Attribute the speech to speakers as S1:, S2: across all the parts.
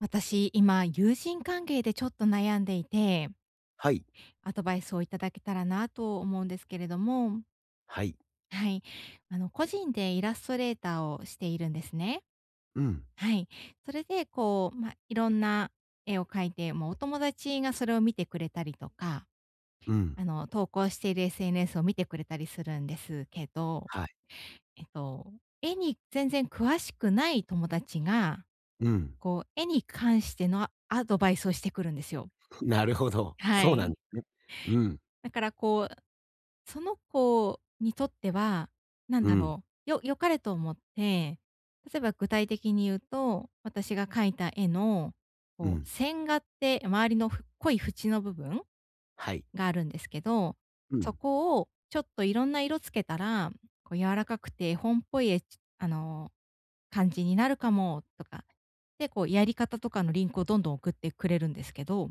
S1: 私、今、友人関係でちょっと悩んでいて、
S2: はい。
S1: アドバイスをいただけたらなと思うんですけれども、
S2: はい。
S1: はい。あの、個人でイラストレーターをしているんですね。
S2: うん、
S1: はい。それで、こう、まあ、いろんな絵を描いて、もうお友達がそれを見てくれたりとか、
S2: うん。
S1: あの、投稿している SNS を見てくれたりするんですけど、
S2: はい。
S1: えっと、絵に全然詳しくない友達が、
S2: うん。
S1: こう、絵に関してのアドバイスをしてくるんですよ。
S2: なるほど。
S1: は
S2: そうなん
S1: い。
S2: ですね。うん、
S1: だからこう、その子にとっては、なん
S2: う
S1: だ
S2: ん、
S1: ろう、良かれと思って、例えば具体的に言うと、私が描いた絵の、
S2: う
S1: こう、
S2: ん。
S1: 線画って周りの濃い縁の部分
S2: はい。
S1: があるんですけど、
S2: う
S1: そ
S2: ん。
S1: こをちょっといろんな色つけたら、こう柔らかくて絵本っぽい絵、あの、感じになるかもとか、で、こうやり方とかのリンクをどんどん送ってくれるんですけど、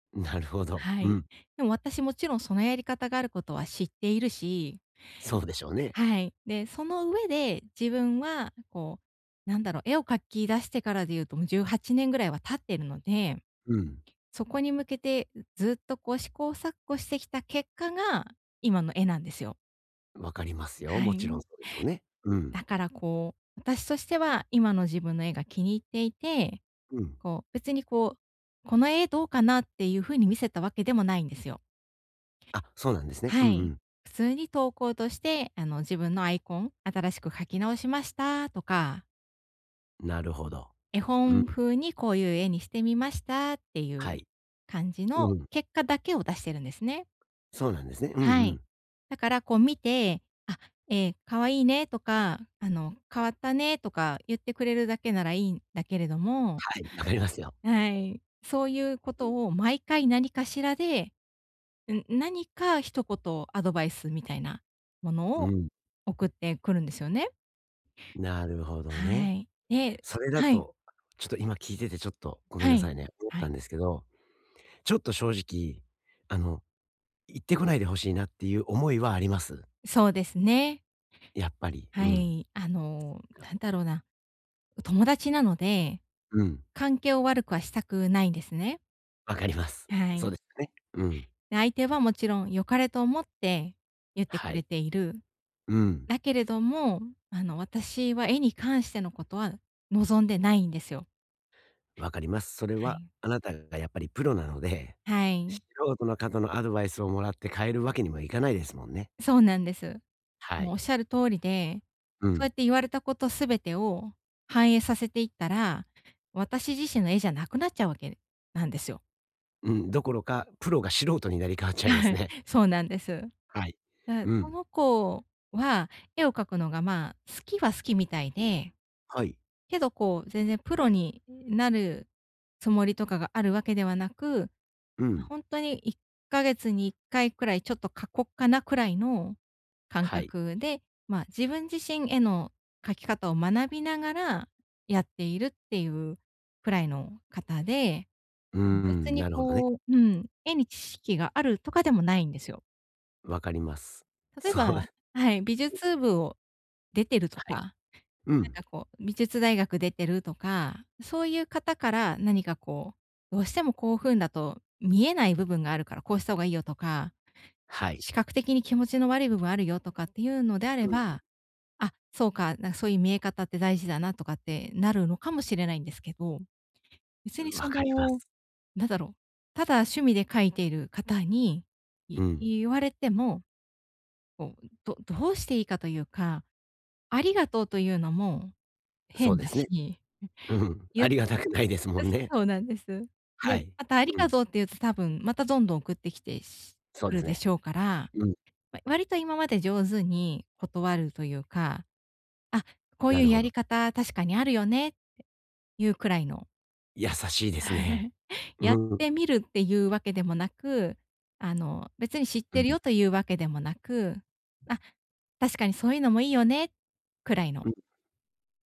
S2: なるほど。
S1: は
S2: う
S1: い。
S2: ん。
S1: でも私もちろんそのやり方があることは知っているし、
S2: そうでしょうね。
S1: はい。で、その上で自分はこう、なんだろう、絵を描き出してからで言うともう18年ぐらいは経ってるので、
S2: うん。
S1: そこに向けてずっとこう試行錯誤してきた結果が今の絵なんですよ。
S2: わかりますよ。
S1: は
S2: もちろん
S1: い。
S2: そうでしょうね。うん、
S1: だからこう、私としては今の自分の絵が気に入っていて、
S2: うん。
S1: こう別にこう、この絵どうかなっていう風に見せたわけでもないんですよ。
S2: あ、そうなんですね。うん
S1: は
S2: う
S1: い。
S2: ん。
S1: 普通に投稿として、あの、自分のアイコン、新しく書き直しましたとか、
S2: なるほど。
S1: 絵
S2: うん。
S1: 本風にこういう絵にしてみましたってい
S2: は
S1: う
S2: い。
S1: 感じの
S2: うん。
S1: 結果だけを出してるんですね。
S2: そうなんですね。うんう
S1: はい。
S2: ん。
S1: だからこう見て、あ、え可愛いいねとか、あの、変わったねとか言ってくれるだけならいいんだけれども、
S2: はい、わかりますよ。
S1: はい。そういうことを毎回何かしらで、何か一言アドバイスみたいなもの
S2: う
S1: を
S2: ん。
S1: 送ってくるんですよね。
S2: なるほど
S1: は
S2: ね。
S1: い。で、
S2: それだ
S1: はい。
S2: と、ちょっと今聞いててちょっとごめん
S1: は
S2: なさ
S1: い。
S2: いね、思っ
S1: は
S2: た
S1: い。
S2: んですけど、ちょっと正直、あの行ってこないでほしいなっていう思いはあります。
S1: そうですね。
S2: やっぱり。う
S1: は
S2: ん。
S1: い。あの、なんだろうな、友達なので、
S2: うん。
S1: 関係を悪くはしたくないんですね。
S2: わかります。
S1: は
S2: そう
S1: い。
S2: ですよね。うん。
S1: で、相手はもちろん良かれと思って言って
S2: は
S1: くれ
S2: い。
S1: ている。
S2: うん。
S1: だけれども、あの、私は絵に関してのことは望んでないんですよ。
S2: わかります。それ
S1: は
S2: は
S1: い。
S2: あなたがやっぱりプロなので、
S1: は
S2: 素
S1: い。
S2: 人の方のアドバイスをもらって変えるわけにもいかないですもんね。
S1: そうなんです。
S2: は
S1: もうおっ
S2: い。
S1: しゃる通りで、
S2: う
S1: そうやっ
S2: ん。
S1: て言われたことすべてを反映させていったら、私自身の絵じゃなくなっちゃうわけなんですよ。
S2: うん、どころか、プロが素人になり変わっちゃいま
S1: は
S2: す
S1: い。
S2: ね。
S1: そうなんです。
S2: はい。
S1: だ、
S2: う
S1: そ
S2: ん。
S1: の子は絵を描くのが、まあ、好きは好きみたいで、
S2: はい。
S1: けどこう、全然プロになるつもりとかがあるわけではなく、
S2: うん。
S1: ほんとに1ヶ月に1回くらいちょっと過酷かなくらいの感
S2: はい。
S1: 覚で、まあ、自分自身への書き方を学びながらやっているっていうくらいの方で、
S2: うー
S1: 別
S2: ん、
S1: に
S2: なるほどね。
S1: こううん、絵に知識があるとかでもないんですよ。
S2: わかります。
S1: 例え
S2: そう、
S1: ば
S2: は
S1: はい、美術部を出てるとか
S2: い。う
S1: なん
S2: ん。
S1: かこう、美術大学出てるとか、そういう方から何かこう、どうしてもこういう風だと見えない部分があるから、こうした方がいいよとか、
S2: はい。
S1: 視覚的に気持ちの悪い部分あるよとかっていうのであれば、あ、そうか、なんかそういう見え方って大事だなとかってなるのかもしれないんですけど、別
S2: うん、
S1: に
S2: わ
S1: そ
S2: かりま
S1: の、
S2: す。
S1: なんだろう、ただ趣味で描いている方に、
S2: う
S1: い
S2: ん。
S1: 言われても、こう、どうしていいかというか、ありがとうというのも
S2: そう
S1: 変
S2: で
S1: だ
S2: すね。
S1: し、
S2: うん。
S1: 言
S2: あ
S1: っ、
S2: りがたくないですもん ね。
S1: そうなんです。
S2: は
S1: で、
S2: い。
S1: また、あり
S2: う
S1: が
S2: ん。
S1: とうって言うと多分、またどんどん送ってきてし、
S2: そう
S1: く
S2: で
S1: る
S2: す
S1: で
S2: ね。
S1: しょうから、
S2: うん。
S1: 割と今まで上手に断るというか、あ、こう
S2: な
S1: いう
S2: るほ
S1: や
S2: ど。
S1: り方確かにあるよね、いうくらいの。
S2: 優しいですね。う
S1: やっ
S2: ん。う
S1: て
S2: ん。
S1: みるっていうわけでもなく、あの、別に知ってるよというわけでもなく、あ、確かにそういうのもいいよね、くらいの
S2: うん。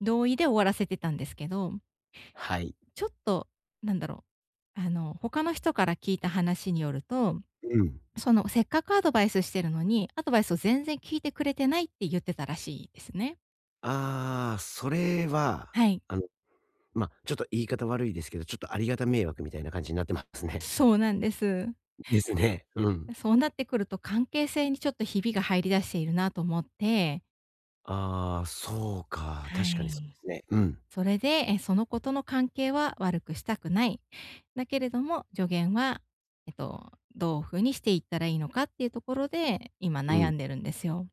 S1: 同意で終わらせてたんですけど、
S2: はい。
S1: ちょっと、なんだろう、あの、他の人から聞いた話によると、
S2: うん。
S1: その、せっかくアドバイスしてるのに、アドバイスを全然聞いてくれてないって言ってたらしいですね。
S2: ああ、それは、
S1: はい。
S2: あの、ちょっと言い方悪いですけど、ちょっとありがた迷惑みたいな感じになってますね。
S1: そうなんです。
S2: ですね。うん。
S1: そうなってくると関係性にちょっとひびが入り出しているなと思って、
S2: ああ、そうか、
S1: は
S2: 確かにそうで
S1: い。
S2: すね。うん。
S1: それで、え、その子との関係は悪くしたくない。だけれども、助言は、どう風にしていったらいいのかっていうところで、今
S2: う
S1: 悩
S2: ん。
S1: んでるんですよ。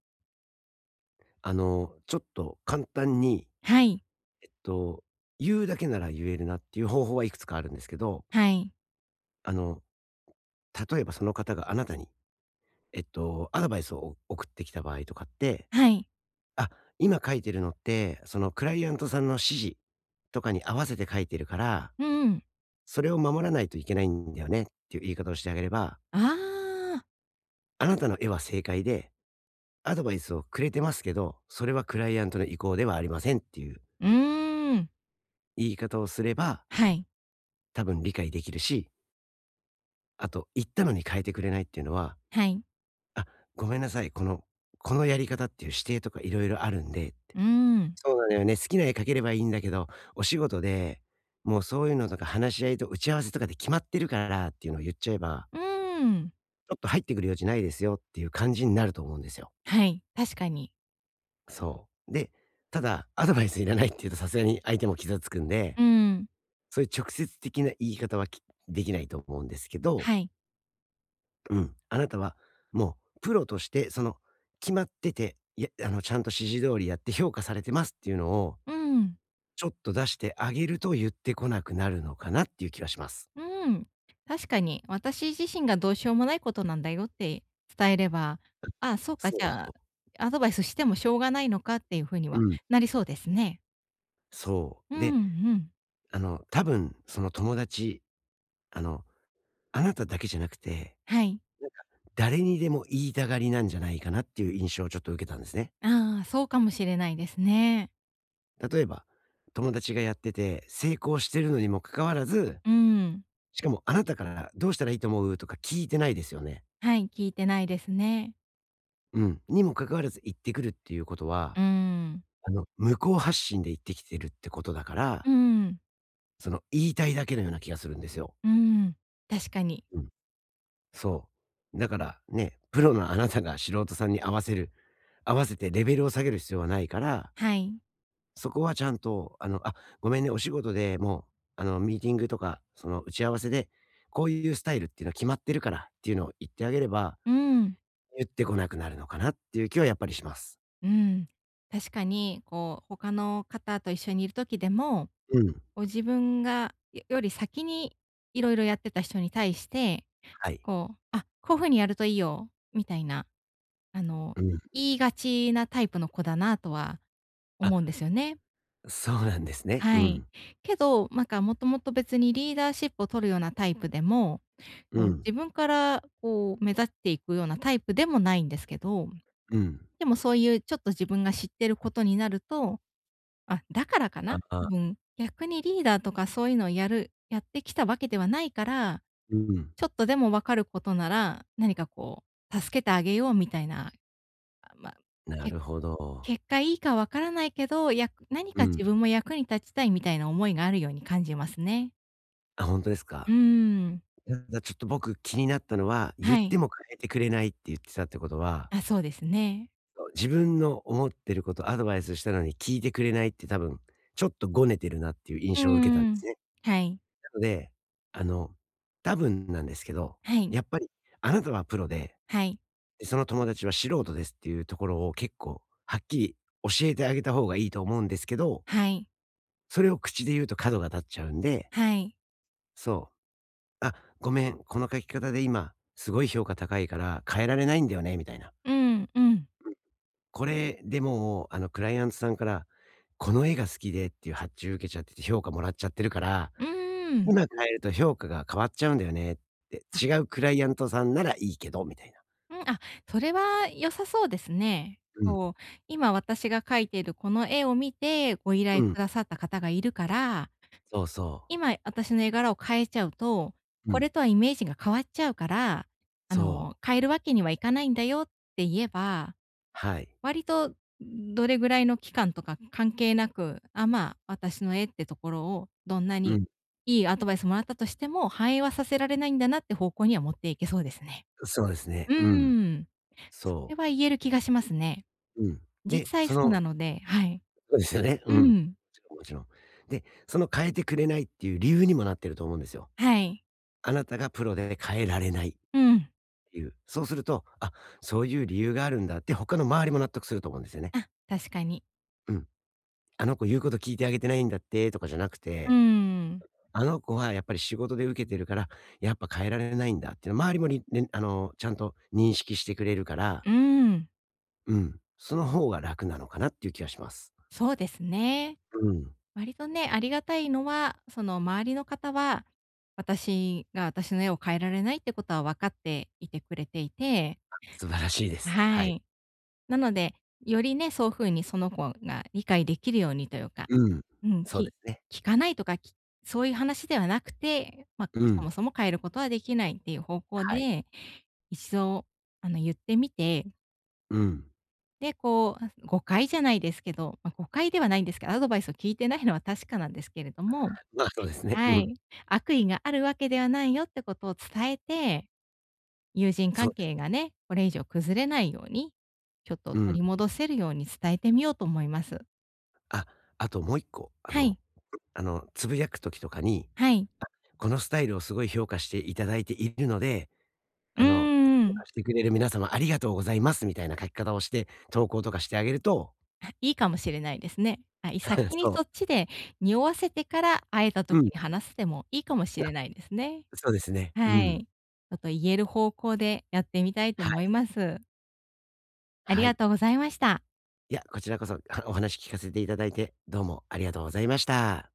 S2: ちょっと簡単に、
S1: はい。
S2: えっと、言うだけなら言えるなっていう方法はいくつかあるんですけど、
S1: はい。
S2: あの例えばその方があなたに、アドバイスを送ってきた場合とかって、
S1: はい。
S2: あ、今書いてるのって、そのクライアントさんの指示とかに合わせて書いてるから、
S1: うん。
S2: それを守らないといけないんだよねっていう言い方をしてあげれば、
S1: ああ、
S2: あなたの絵は正解で、アドバイスをくれてますけど、それはクライアントの意向ではありませんっていう
S1: うーん。
S2: 言い方をすれば、
S1: はい、
S2: 多分理解できるし、あと、言ったのに変えてくれないっていうのは、
S1: はい。
S2: あ、ごめんなさい、この、このやり方っていう指定とかいろいろあるんで、
S1: うーん、
S2: そうなのよね。好きな絵描ければいいんだけど、お仕事で、もうそういうのとか話し合いと打ち合わせとかで決まってるからっていうのを言っちゃえば、
S1: うーん。
S2: ちょっと入ってくる余地ないですよっていう感じになると思うんですよ。
S1: はい、確かに。
S2: そう。で、ただ、アドバイスいらないっていうとさすがに相手も傷つくんで、
S1: うん、
S2: そういう直接的な言い方はできないと思うんですけど、
S1: はい。
S2: うん。あなたはもうプロとして、その、決まってて、いや、ちゃんと指示通りやって評価されてますっていうのを、
S1: うん、
S2: ちょっと出してあげると言ってこなくなるのかなっていう気はします。
S1: うん。確かに、私自身がどうしようもないことなんだよって伝えれば、ああ、そうか、
S2: そ
S1: じ
S2: うそ
S1: ゃあ、
S2: う。
S1: アドバイスしてもしょうがないのかっていう風に
S2: う
S1: は
S2: ん。
S1: なりそうですね。
S2: そ
S1: う
S2: う。
S1: ん、
S2: で、
S1: うん。
S2: 多分その友達、あの、あなただけじゃなくて、
S1: はい。
S2: なんか誰にでも言いたがりなんじゃないかなっていう印象をちょっと受けたんですね。
S1: ああ、そうかもしれないですね。
S2: 例えば、友達がやってて成功してるのにもかかわらず、
S1: うん。
S2: しかもあなたからどうしたらいいと思うとか聞いてないですよね。
S1: はい、聞いてないですね。
S2: うん。にもかかわらず言ってくるっていうこと
S1: う
S2: は、
S1: ーん。
S2: 向こう発信で言ってきてるってことだか
S1: う
S2: ら
S1: ーん。
S2: 言いたいだけのような気がするんですよ。
S1: うーん、確かに。
S2: うん。そう。だからね、プロのあなたが素人さんに合わせてレベルを下げる必要はないから、
S1: はい。
S2: そこはちゃんと、「あ、ごめんね、お仕事でもう、ミーティングとか、打ち合わせで、こういうスタイルっていうのは決まってるから」っていうのを言ってあげれば、
S1: うーん、
S2: 言ってこなくなるのかなっていう気はやっぱりします。
S1: うん。確かに、こう、他の方と一緒にいる時でも、
S2: うん。
S1: こう自分がよより先にいろいろやってた人に対して、
S2: はい。
S1: こう、「あ、こう風にやるといいよ」みたいな、あの、
S2: うん。
S1: 言いがちなタイプの子だなとは
S2: あ、
S1: 思うんですよね。
S2: そうなんですね。
S1: は
S2: う
S1: い。
S2: ん。
S1: けど、なんかもともと別にリーダーシップを取るようなタイプでも、こ
S2: う
S1: う
S2: ん。
S1: 自分からこう目立っていくようなタイプでもないんですけど、
S2: うん。
S1: でもそういうちょっと自分が知ってることになると、あ、だからか
S2: あ
S1: な、
S2: あ、
S1: 多分、逆にリーダーとかそういうのをやる、やってきたわけではないから、
S2: うん。
S1: ちょっとでもわかることなら、何かこう、助けてあげようみたいな、あ、まあ、
S2: な
S1: け
S2: るほど。
S1: 結果いいかわからないけど、やく何
S2: う
S1: か
S2: ん。
S1: 自分も役に立ちたいみたいな思いがあるように感じますね。
S2: あ、本当です
S1: う
S2: か？
S1: ーん、
S2: ただちょっと僕気になったのは、言
S1: は
S2: って
S1: い。
S2: も変えてくれないって言ってたってことは、
S1: あ、そうですね。
S2: そう、自分の思ってること、アドバイスしたのに聞いてくれないって多分、ちょっとごねてるなっていう印
S1: う
S2: 象を受けたんで
S1: ん、
S2: す
S1: ん。
S2: ね。
S1: はい、
S2: なので、あの、多分なんですけど、
S1: はい、
S2: やっぱりあなたはプロで、
S1: はい、
S2: で、その友達は素人ですっていうところを結構はっきり教えてあげた方がいいと思うんですけど、
S1: はい、
S2: それを口で言うと角が立っちゃうんで、
S1: はい。
S2: そう。「あ、ごめん、この書き方で今すごい評価高いから変えられないんだよね」みたいな。
S1: うん、うん、
S2: これでもあのクライアントさんから、この絵が好きでっていう発注受けちゃってて評価もらっちゃってるから、
S1: うーん。
S2: 今変えると評価が変わっちゃうんだよねって、違うクライアントさんならいいけどみたいな。
S1: うん、あ、それは良さそうですね。
S2: うん、
S1: こう、今私が描いているこの絵を見て、ご依
S2: う
S1: 頼
S2: ん、
S1: くださった方がいるから、
S2: そうそう。
S1: 今私の絵柄を変えちゃうと、
S2: う
S1: これ
S2: ん、
S1: とはイメージが変わっちゃうから、あ
S2: そ
S1: の、
S2: う、
S1: 変えるわけにはいかないんだよって言えば、
S2: はい。
S1: 割とどれぐらいの期間とか関係なく、あ、まあ、私の絵ってところをどんな
S2: う
S1: に
S2: ん、
S1: いいアドバイスもらったとしても、反映はさせられないんだなって方向には持っていけそうですね。
S2: そうですね。
S1: う
S2: うん、
S1: ーん。そ
S2: そ
S1: れは言える気がしますね。
S2: う、うん。
S1: 実
S2: で、
S1: 際そうなので、はい。
S2: そうですよね。
S1: う
S2: うん。も
S1: ん。
S2: ちろんもちろん。で、その変えてくれないっていう理由にもなってると思うんですよ。
S1: はい。
S2: あなたがプロで変えられないっ
S1: うん。
S2: ていう。そうすると、あ、そういう理由があるんだって他の周りも納得すると思うんですよね。
S1: あ、確かに。
S2: うん。あの子言うこと聞いてあげてないんだってとかじゃなく
S1: うー
S2: て、
S1: ん。
S2: あの子はやっぱり仕事で受けてるから、やっぱ変えられないんだっていうの周りも、ね、ちゃんと認識してくれるから、
S1: うーん。
S2: うん。その方が楽なのかなっていう気がします。
S1: そうですね。
S2: うん。
S1: 割とね、ありがたいのは、その周りの方は、私が私の絵を変えられないってことは分かっていてくれていて、
S2: 素晴らしいです。
S1: は
S2: はい。
S1: い。なので、よりね、そういう風にその子が理解できるようにというか、
S2: うん。
S1: うん、
S2: そうで
S1: き
S2: すね。
S1: 聞かないとか、き、そういう話ではなくて、まあ、
S2: う
S1: そ
S2: ん。
S1: もそも変えることはできないっていう方向
S2: はい。
S1: で、一度、あの、言ってみて、
S2: うん。
S1: で、こう、誤解じゃないですけど、まあ、誤解ではないんですけど、アドバイスを聞いてないのは確かなんですけれども、
S2: まあそうですね。
S1: は
S2: うん。
S1: い。悪意があるわけではないよってことを伝えて、友人
S2: そ
S1: 関
S2: うで
S1: 係
S2: す。
S1: がね、これ以上崩れないように、ちょっと
S2: うん。
S1: 取り戻せるように伝えてみようと思います。
S2: あ、あともう一個、
S1: はい、
S2: つぶやく時とかに、
S1: はい。
S2: このスタイルをすごい評価していただいているので、
S1: うー
S2: あの、評価
S1: ん。
S2: してくれる皆様ありがとうございます、みたいな書き方をして、投稿とかしてあげると
S1: あ、いいかもしれないですね。あ、い 先に
S2: そう。
S1: そっちで匂わせてから、会えた
S2: う
S1: 時
S2: ん。
S1: に話すでもいいかもしれ
S2: あ、
S1: ないですね。
S2: そうですね。う
S1: は
S2: ん。
S1: い。ちょっと言える方向でやってみたいと
S2: は
S1: 思い
S2: い。
S1: ます。あり
S2: は
S1: が
S2: い。
S1: とうございました。
S2: いや、こちらこそ、お話聞かせていただいて、どうもありがとうございました。